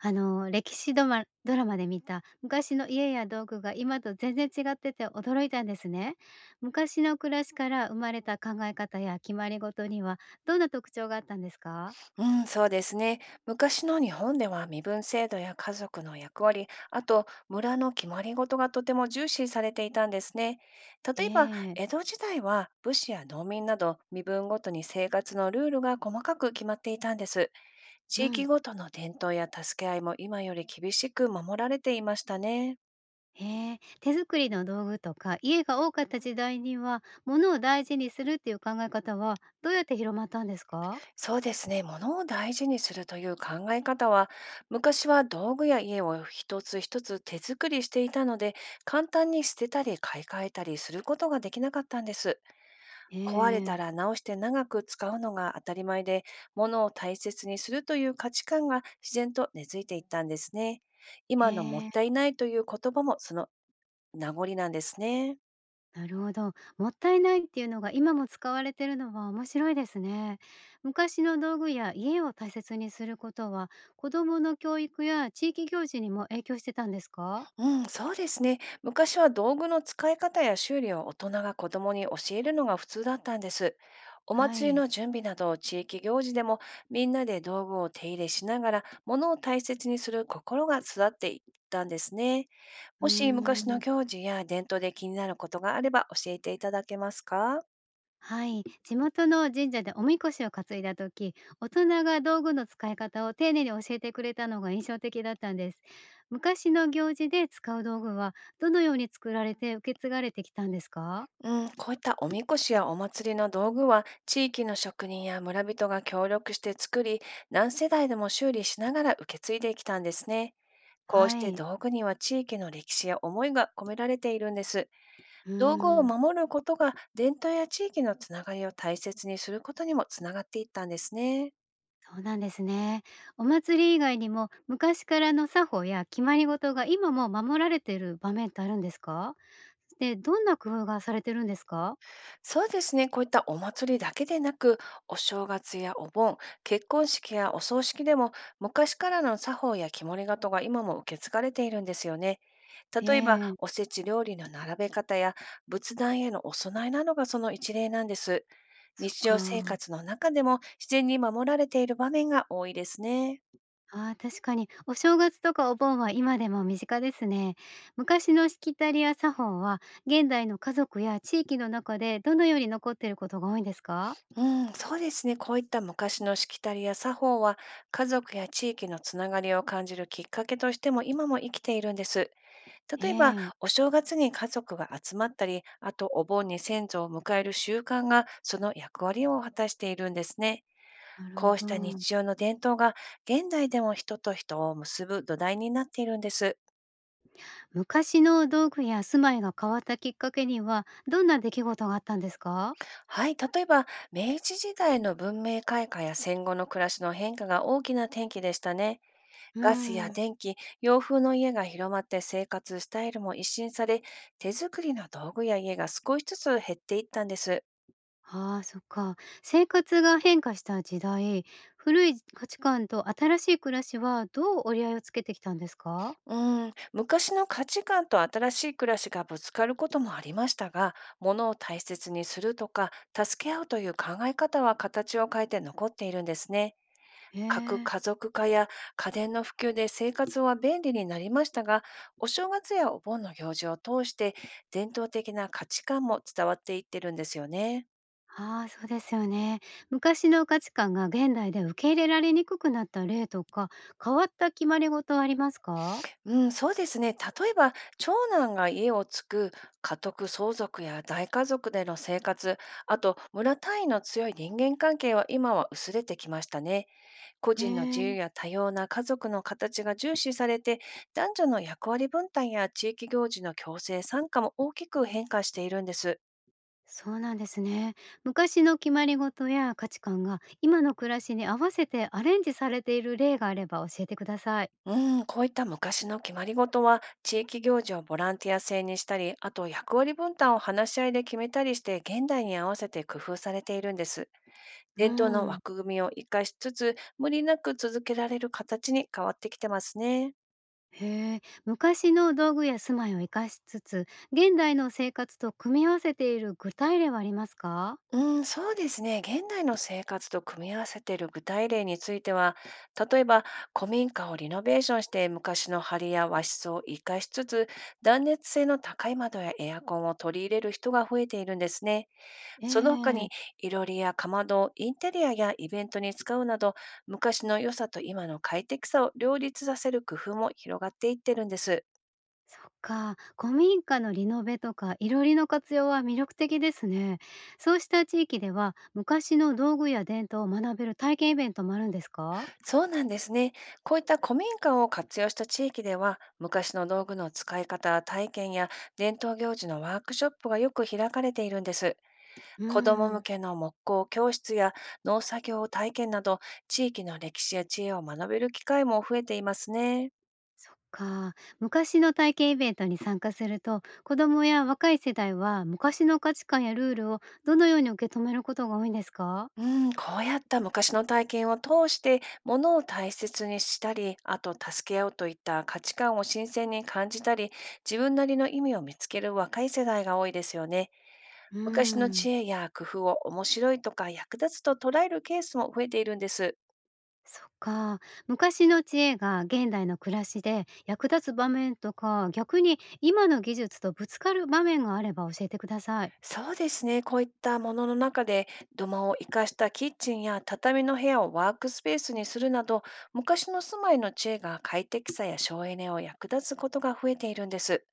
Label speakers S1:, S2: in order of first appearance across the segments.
S1: 歴史ドラマで見た昔の家や道具が今と全然違ってて驚いたんですね。昔の暮らしから生まれた考え方や決まりごとにはどんな特徴があったんですか？
S2: うん、そうですね。昔の日本では身分制度や家族の役割、あと村の決まり事がとても重視されていたんですね。例えば、
S1: ええ。
S2: 江戸時代は武士や農民など身分ごとに生活のルールが細かく決まっていたんです。
S1: う
S2: 地域
S1: ん。
S2: ごとの伝統や助け合いも今より厳しく守られていましたね。
S1: へえ。手作りの道具とか家が多かった時代には物を大事にするっていう考え方はどうやって広まったんですか？
S2: そうですね。物を大事にするという考え方は、昔は道具や家を一つ一つ手作りしていたので、簡単に捨てたり買い替えたりすることができなかったんです。
S1: え
S2: 壊れた
S1: え。
S2: ら直して長く使うのが当たり前で、物を大切にするという価値観が自然と根付いていったんですね。
S1: へ
S2: 今のもっ
S1: え。
S2: たいないという言葉も、その名残なんですね。
S1: なるほど。もったいないっていうのが今も使われてるのは面白いですね。昔の道具や家を大切にすることは子どもの教育や地域行事にも影響してたんですか？
S2: うん、そうですね。昔は道具の使い方や修理を大人が子供に教えるのが普通だったんです。お
S1: は
S2: 祭り
S1: い。
S2: の準備など地域行事でも、みんなで道具を手入れしながら物を大切にする心が育っていったんですね。
S1: う
S2: もし
S1: ー
S2: 昔の
S1: ん。
S2: 行事や伝統で気になることがあれば、教えていただけますか？
S1: はい。地元の神社でおみこしを担いだ時、大人が道具の使い方を丁寧に教えてくれたのが印象的だったんです。昔の行事で使う道具はどのように作られて受け継がれてきたんですか？
S2: うん、こういったおみこしやお祭りの道具は、地域の職人や村人が協力して作り、何世代でも修理しながら受け継いできたんですね。こうし
S1: は
S2: て
S1: い。
S2: 道具には、地域の歴史や思いが込められているんです。
S1: う
S2: 道具を
S1: ーん。
S2: 守ることが、伝統や地域のつながりを大切にすることにもつながっていったんですね。
S1: そうなんですね。お祭り以外にも昔からの作法や決まり事が今も守られている場面ってあるんですか？で、どんな工夫がされてるんですか？
S2: そうですね。こういったお祭りだけでなく、お正月やお盆、結婚式やお葬式でも、昔からの作法や木彫りがとが今も受け継がれているんですよね。例えば、
S1: え
S2: お
S1: え。
S2: せち料理の並べ方や仏壇へのお供えなどが、その一例なんです。
S1: そっ
S2: 日常生
S1: か。
S2: 活の中でも、自然に守られている場面が多いですね。
S1: ああ、確かに。お正月とかお盆は今でも身近ですね。昔のしきたりや作法は、現代の家族や地域の中でどのように残っていることが多いんですか？
S2: うん、そうですね。こういった昔のしきたりや作法は、家族や地域のつながりを感じるきっかけとしても、今も生きているんです。例えば、
S1: ええ。
S2: お正月に家族が集まったり、あとお盆に先祖を迎える習慣が、その役割を果たしているんですね。
S1: なるほ
S2: こうした
S1: ど。
S2: 日常の伝統が、現代でも人と人を結ぶ土台になっているんです。
S1: 昔の道具や住まいが変わったきっかけには、どんな出来事があったんですか？
S2: はい、例えば明治時代の文明開化や戦後の暮らしの変化が、大きな転機でしたね。
S1: うー
S2: ガスや
S1: ん。
S2: 電気、洋風の家が広まって生活スタイルも一新され、手作りの道具や家が少しずつ減っていったんです。
S1: ああ、そっか。生活が変化した時代、古い価値観と新しい暮らしはどう折り合いをつけてきたんですか？
S2: うーん、昔の価値観と新しい暮らしがぶつかることもありましたが、物を大切にするとか、助け合うという考え方は、形を変えて残っているんですね。
S1: へ
S2: 核
S1: え。
S2: 家族化や家電の普及で生活は便利になりましたが、お正月やお盆の行事を通して、伝統的な価値観も伝わっていってるんですよね。
S1: ああ、そうですよね。昔の価値観が現代で受け入れられにくくなった例とか、変わった決まり事はありますか？
S2: うん、そうですね。例えば、長男が家を継ぐ家督相続や大家族での生活、あと村単位の強い人間関係は、今は薄れてきましたね。個
S1: へ
S2: 人の自
S1: え、
S2: 由や多様な家族の形が重視されて、男女の役割分担や地域行事の強制参加も大きく変化しているんです。
S1: そうなんですね。昔の決まり事や価値観が今の暮らしに合わせてアレンジされている例があれば教えてください。
S2: うん、こういった昔の決まり事は、地域行事をボランティア制にしたり、あと役割分担を話し合いで決めたりして、現代に合わせて工夫されているんです。
S1: うー
S2: 伝統の
S1: ん。
S2: 枠組みを活かしつつ、無理なく続けられる形に変わってきてますね。
S1: へえ、昔の道具や住まいを生かしつつ、現代の生活と組み合わせている具体例はありますか？
S2: うん、そうですね。現代の生活と組み合わせている具体例については、例えば古民家をリノベーションして昔の梁や和室を活かしつつ、断熱性の高い窓やエアコンを取り入れる人が増えているんですね。
S1: え
S2: その他
S1: え。
S2: に、いろりやかまどをインテリアやイベントに使うなど、昔の良さと今の快適さを両立させる工夫も広がっていってるんです。
S1: そっか、古民家のリノベとか囲炉裏の活用は魅力的ですね。そうした地域では、昔の道具や伝統を学べる体験イベントもあるんですか？
S2: そうなんですね。こういった古民家を活用した地域では、昔の道具の使い方、体験や伝統行事のワークショップがよく開かれているんです。
S1: う
S2: 子ども
S1: ー
S2: 向
S1: ん。
S2: けの木工教室や農作業体験など、地域の歴史や知恵を学べる機会も増えていますね。
S1: そっか、昔の体験イベントに参加すると、子供や若い世代は昔の価値観やルールをどのように受け止めることが多いんですか？
S2: うん、こうやった昔の体験を通して、ものを大切にしたり、あと助け合うといった価値観を新鮮に感じたり、自分なりの意味を見つける若い世代が多いですよね。
S1: う
S2: 昔の
S1: ーん。
S2: 知恵や工夫を面白いとか役立つと捉えるケースも増えているんです。
S1: そっか。昔の知恵が現代の暮らしで役立つ場面とか、逆に今の技術とぶつかる場面があれば教えてください。
S2: そうですね。こういったものの中で、土間を生かしたキッチンや畳の部屋をワークスペースにするなど、昔の住まいの知恵が快適さや省エネを役立つことが増えているんです。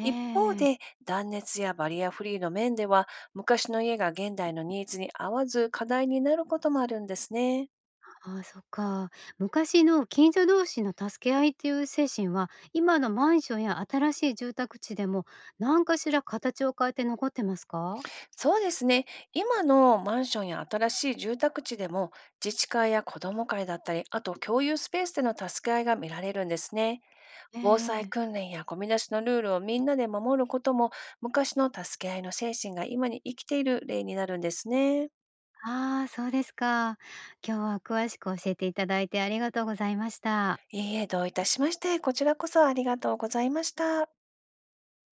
S2: 一方で、
S1: え。
S2: 断熱やバリアフリーの面では、昔の家が現代のニーズに合わず課題になることもあるんですね。
S1: ああ、そっか。昔の近所同士の助け合いっていう精神は、今のマンションや新しい住宅地でも何かしら形を変えて残ってますか？
S2: そうですね。今のマンションや新しい住宅地でも、自治会や子ども会だったり、あと共有スペースでの助け合いが見られるんですね。
S1: え
S2: 防災
S1: え。
S2: 訓練やゴミ出しのルールをみんなで守ることも、昔の助け合いの精神が今に生きている例になるんですね。
S1: ああ、そうですか。今日は詳しく教えていただいてありがとうございました。
S2: いいえ、どういたしまして、こちらこそありがとうございました。